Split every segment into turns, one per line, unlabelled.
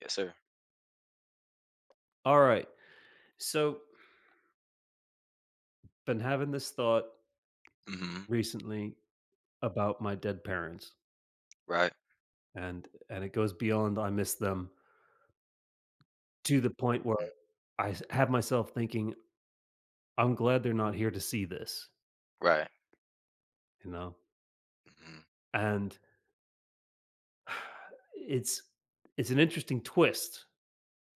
Yes, sir.
All right. So, been having this thought
Mhm.
recently about my dead parents
Right.
and it goes beyond I miss them, to the point where
Mm.
have myself thinking I'm glad they're not here to see this,
Right.
you know.
Mhm.
And it's it's an interesting twist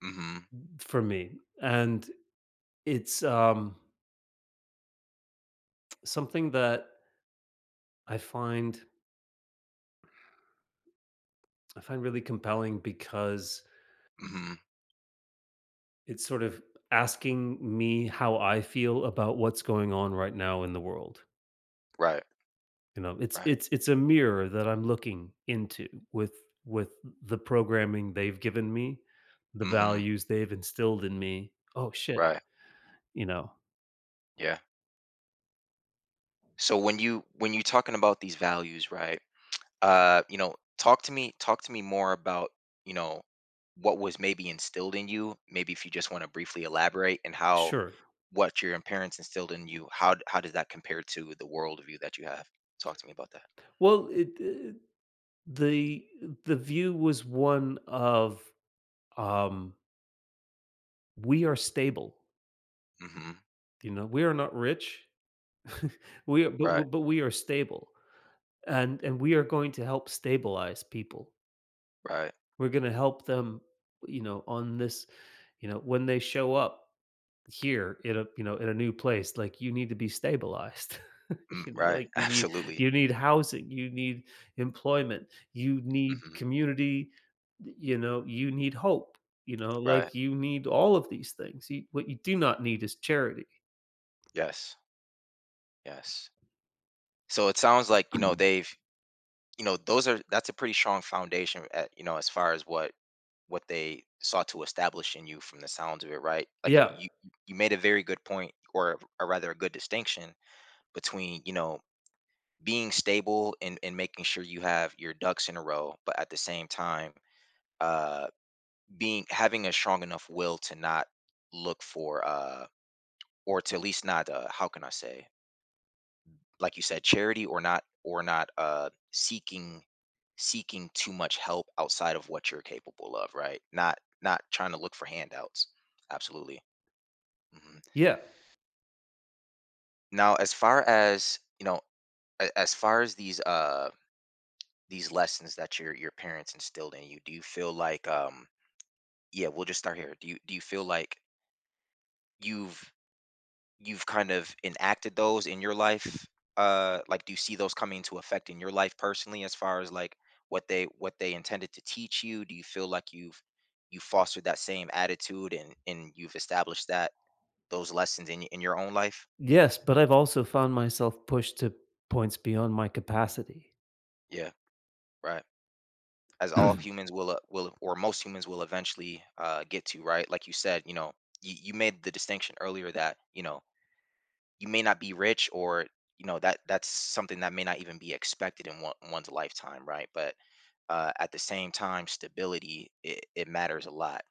Mhm.
for me, and it's something that I find I find really compelling, because
Mhm.
it's sort of asking me how I feel about what's going on right now in the world.
Right.
You know, it's
Right.
it's it's a mirror that I'm looking into with with the programming they've given me, the
Mhm.
values they've instilled in me. Oh shit,
Right.
you know.
Yeah. So when you're talking about these values, right? Talk to me more about, you know, what was maybe instilled in you, maybe if you just want to briefly elaborate and how
Sure.
what your parents instilled in you, how does that compare to the worldview that you have? Talk to me about that.
Well, the the view was one of um we are stable,
Mhm.
you know, we are not rich, we are,
Right.
but we are stable. And we are going to help stabilize people,
Right.
we're going to help them, you know, on this, you know, when they show up here in a, you know, in a new place, like, you need to be stabilized.
Mm,
You know,
right.
like,
Absolutely.
you need housing, you need employment, you need
Mhm.
community, you know, you need hope, you know,
Right.
like, you need all of these things. You, what you do not need is charity.
Yes. Yes. So it sounds like, you know, they've, you know, those are that's a pretty strong foundation at, you know, as far as what they sought to establish in you from the sounds of it, right? Like you
Yeah,
you you made a very good point, or rather a good distinction between, you know, being stable and making sure you have your ducks in a row, but at the same time, uh being having a strong enough will to not look for or to at least not how can I say, like you said, charity, or not seeking too much help outside of what you're capable of, right? Not trying to look for handouts. Absolutely. hmm
yeah.
Now, as far as you know, as far as these lessons that your parents instilled in you, do you feel like yeah, we'll just start here. Do you feel like you've you've kind of enacted those in your life? Like, do you see those coming into effect in your life personally, as far as like what they intended to teach you? Do you feel like you've you fostered that same attitude and you've established that those lessons in in your own life?
Yes, but I've also found myself pushed to points beyond my capacity.
Yeah, right. As all humans will will, or most humans will eventually get to, right? Like you said, you know, you made the distinction earlier that you know you may not be rich, or you know that that's something that may not even be expected in one's lifetime, right? But at the same time, stability, it matters a lot.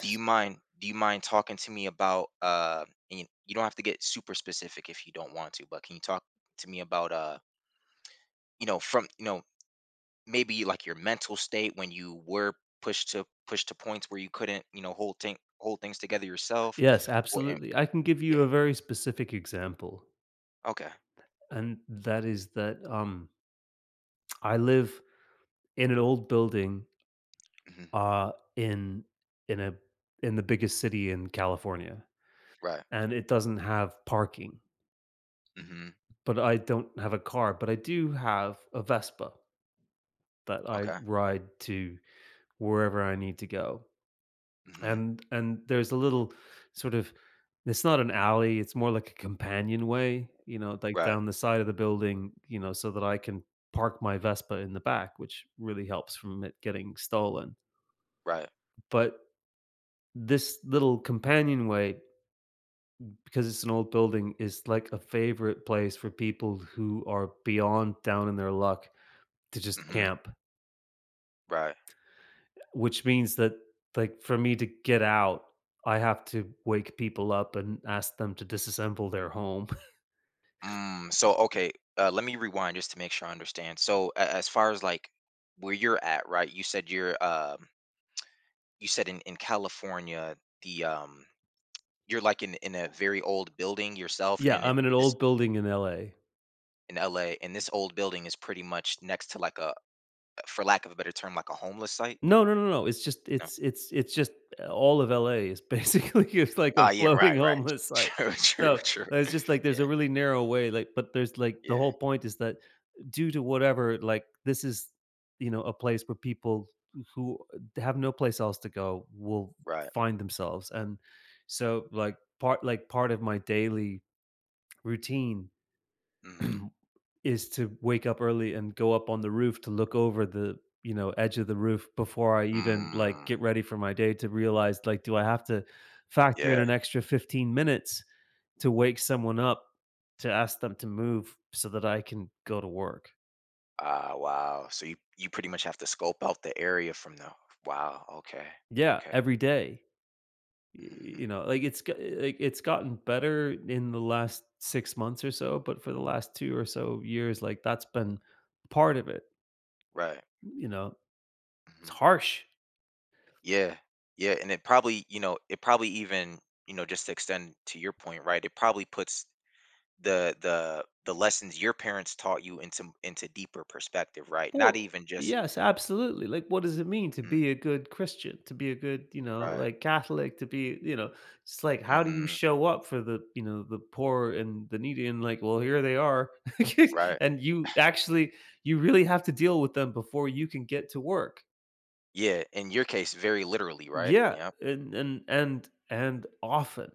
Do you mind? Do you mind talking to me about? And you don't have to get super specific if you don't want to, but can you talk to me about? You know, from you know maybe like your mental state when you were pushed to points where you couldn't you know hold things together yourself,
yes,
or and-
absolutely. I can give you
yeah,
a very specific example,
okay,
and that is that, I live in an old building
hmm
uh in in a in the biggest city in California,
right,
and it doesn't have parking,
hmm
but I don't have a car, but I do have a Vespa that I
okay,
ride to wherever I need to go.
hmm
And there's a little sort of, it's not an alley, it's more like a companionway, you know, like
right,
down the side of the building, you know, so that I can park my Vespa in the back, which really helps from it getting stolen.
right,
But this little companionway, because it's an old building, is like a favorite place for people who are beyond down in their luck, to just
hmm
camp,
right.
which means that, like, for me to get out, I have to wake people up and ask them to disassemble their home.
Mm, so okay, let me rewind just to make sure I understand. So as far as like where you're at, right? You said you're you said in California, the you're like in a very old building yourself,
Yeah,
and it
I'm in an
this
old building in LA.
in LA, and this old building is pretty much next to like a, for lack of a better term, like a homeless site.
No, no, no, no, it's just
No.
it's just all of LA is basically it's like a
Ah, yeah,
floating
right, right.
homeless site.
True, true,
So,
true.
it's just like there's a
Yeah,
really narrow way, like, but there's, like, the
yeah,
whole point is that due to whatever, like, this is, you know, a place where people who have no place else to go will
right.
find themselves. And so, like, part of my daily routine
Mm-hmm.
is to wake up early and go up on the roof to look over the, you know, edge of the roof before I even, like,
Mm,
get ready for my day, to realize, like, do I have to factor in
yeah.
an extra 15 minutes to wake someone up to ask them to move so that I can go to work?
Ah, wow. So you pretty much have to scope out the area from the wow, okay.
Yeah,
Okay.
every day. Y
hmm
You know, like, it's g like, it's gotten better in the last 6 months or so, but for the last 2 or so years, like, that's been part of it,
Right.
you know? It's
hmm
harsh.
Yeah. Yeah, and it probably, you know, it probably even, you know, just to extend to your point, right? It probably puts the lessons your parents taught you into deeper perspective, right? Not
Well,
even just
yes, absolutely. Like, what does it mean to
Mhm.
be a good Christian, to be a good, you know,
right.
like, Catholic, to be, you know, it's like, how do you
hmm
show up for the, you know, the poor and the needy? And like, well, here they are.
Right.
And you actually, you really have to deal with them before you can get to work.
Yeah, in your case very literally, right?
Yeah.
Yep.
And often,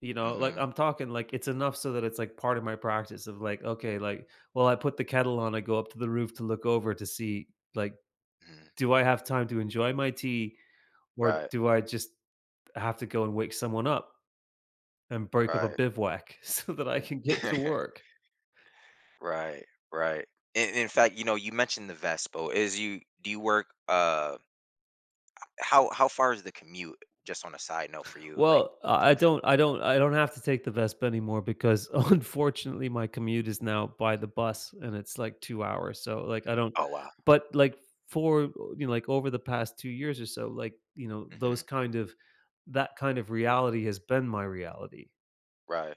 you know, like,
hmm
I'm talking, like, it's enough so that it's like part of my practice of, like, okay, like, well, I put the kettle on, I go up to the roof to look over to see, like,
hmm
do I have time to enjoy my tea, or
Right.
do I just have to go and wake someone up and break up a
Right.
bivouac so that I can get to work?
Right, right. In fact, you know, you mentioned the Vespo. Is you do you work? How far is the commute? Just on a side note for you, like
Well, I
and from.
don't have to take the Vespa anymore, because unfortunately my commute is now by the bus, and it's like 2 hours. So, like, I don't,
Oh wow.
but like, for, you know, like, over the past 2 years or so, like, you know,
hmm
those kind of that kind of reality has been my reality.
Right,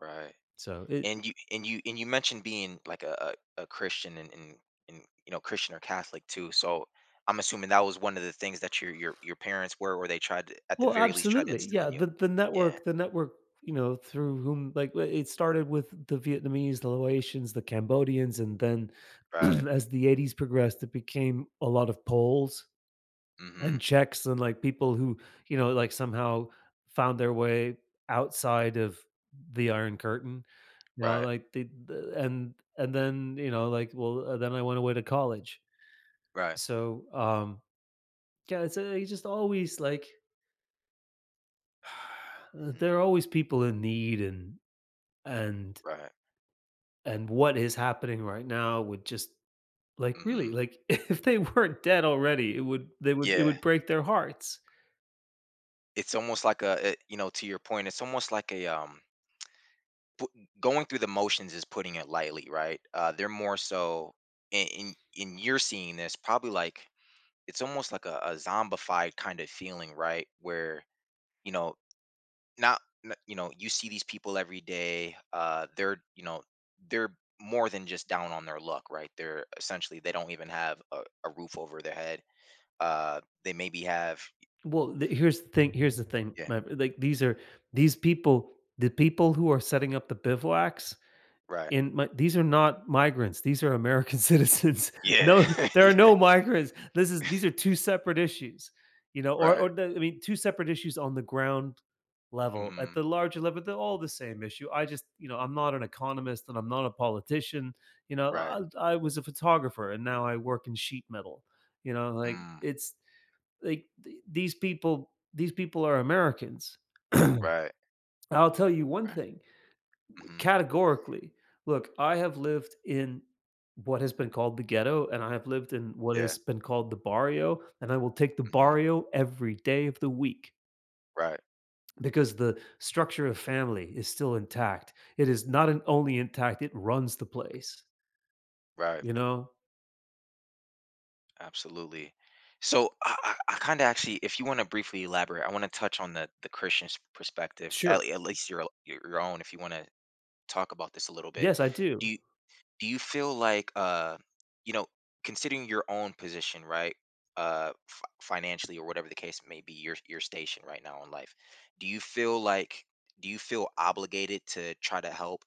right.
So it—
And you mentioned being like a Christian, and you know Christian or Catholic too. So I'm assuming that was one of the things that your your parents were, or they tried to, at the
Well,
very least try to
absolutely.
instill
Yeah,
in you. Yeah.
the network, you know, through whom, like, it started with the Vietnamese, the Laotians, the Cambodians, and then
Right.
as the 80s progressed, it became a lot of Poles
Mm-hmm.
and Czechs and, like, people who, you know, like, somehow found their way outside of the Iron Curtain. You know,
Right.
like, the and then, you know, like, well, then I went away to college.
Right.
So, yeah, it's just always like
Mm-hmm.
there are always people in need. And and
Right.
what is happening right now would just like
Mm-hmm.
really, like, if they weren't dead already, it would they would it
Yeah.
would break their hearts.
It's almost like a you know, to your point, it's almost like a pu- going through the motions is putting it lightly, right? Uh, they're more so in you're seeing this probably like it's almost like a zombified kind of feeling, right? Where you know not n- you know you see these people every day, they're you know they're more than just down on their luck, right? They're essentially they don't even have a roof over their head, they maybe have
Well, here's the thing. Here's the thing.
yeah
Like, these are these people, the people who are setting up the bivouacs,
right
In my these are not migrants, these are American citizens.
yeah
No, there are
yeah
no migrants. This is These are 2 separate issues, you know,
right
or the I mean, 2 separate issues on the ground level. At
hmm
the larger level, they're all the same issue. I just, you know, I'm not an economist and I'm not a politician, you know,
Right.
I was a photographer and now I work in sheet metal. You know, like,
Mm,
it's like, th these people, these people are Americans.
right,
I'll tell you one
right.
thing,
Mhm.
categorically, look, I have lived in what has been called the ghetto, and I have lived in what
Yeah.
has been called the barrio, and I will take the
Mhm.
barrio every day of the week,
Right,
because the structure of family is still intact. It is not an only intact, it runs the place,
right.
you know?
Absolutely. So I I kind of actually, if you want to briefly elaborate, I want to touch on the Christian's perspective, at,
Sure.
at least your your own, if you want to talk about this a little bit.
Yes, I
Do
do.
you, do you feel like you know, considering your own position, right? Uh, financially, or whatever the case may be, your station right now in life, do you feel like do you feel obligated to try to help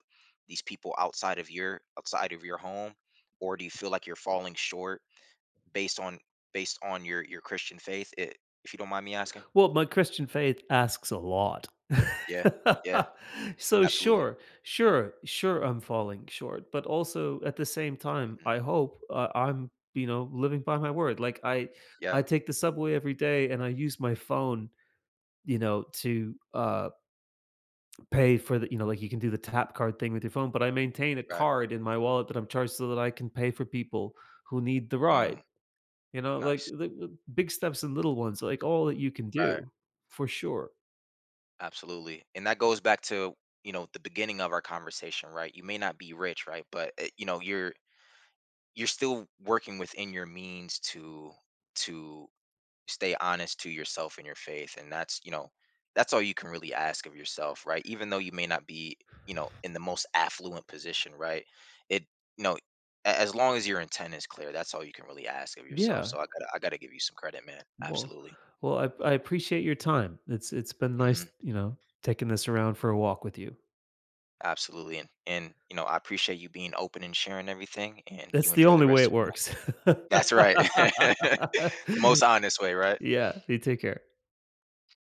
these people outside of your home, or do you feel like you're falling short based on based on your Christian faith, if you don't mind me asking
Well, my Christian faith asks a lot.
yeah yeah
So,
absolutely
sure, sure, sure, I'm falling short, but also at the same time,
Mhm.
I hope, I'm, you know, living by my word. Like,
yeah
I take the subway every day and I use my phone, you know, to, pay for the, you know, like, you can do the tap card thing with your phone, but I maintain a
right
card in my wallet that I'm charged, so that I can pay for people who need the
mm,
ride, you know, like,
nice
the big steps and little ones, like all that you can
right
do, for sure.
Absolutely. And that goes back to, you know, the beginning of our conversation, right? You may not be rich, right? But you know, you're still working within your means to stay honest to yourself and your faith, and that's, you know, that's all you can really ask of yourself, right? Even though you may not be, you know, in the most affluent position, right? It, you know, as long as your intent is clear, that's all you can really ask of yourself.
Yeah.
So I got to give you some credit, man.
Well,
Absolutely.
well, I appreciate your time. It's been nice,
Mhm.
you know, taking this around for a walk with you.
Absolutely, and, you know, I appreciate you being open and sharing everything, and you
That's the
enjoy the
only way
rest
it
of your night.
works.
That's right. The most honest way, right?
Yeah. You take care.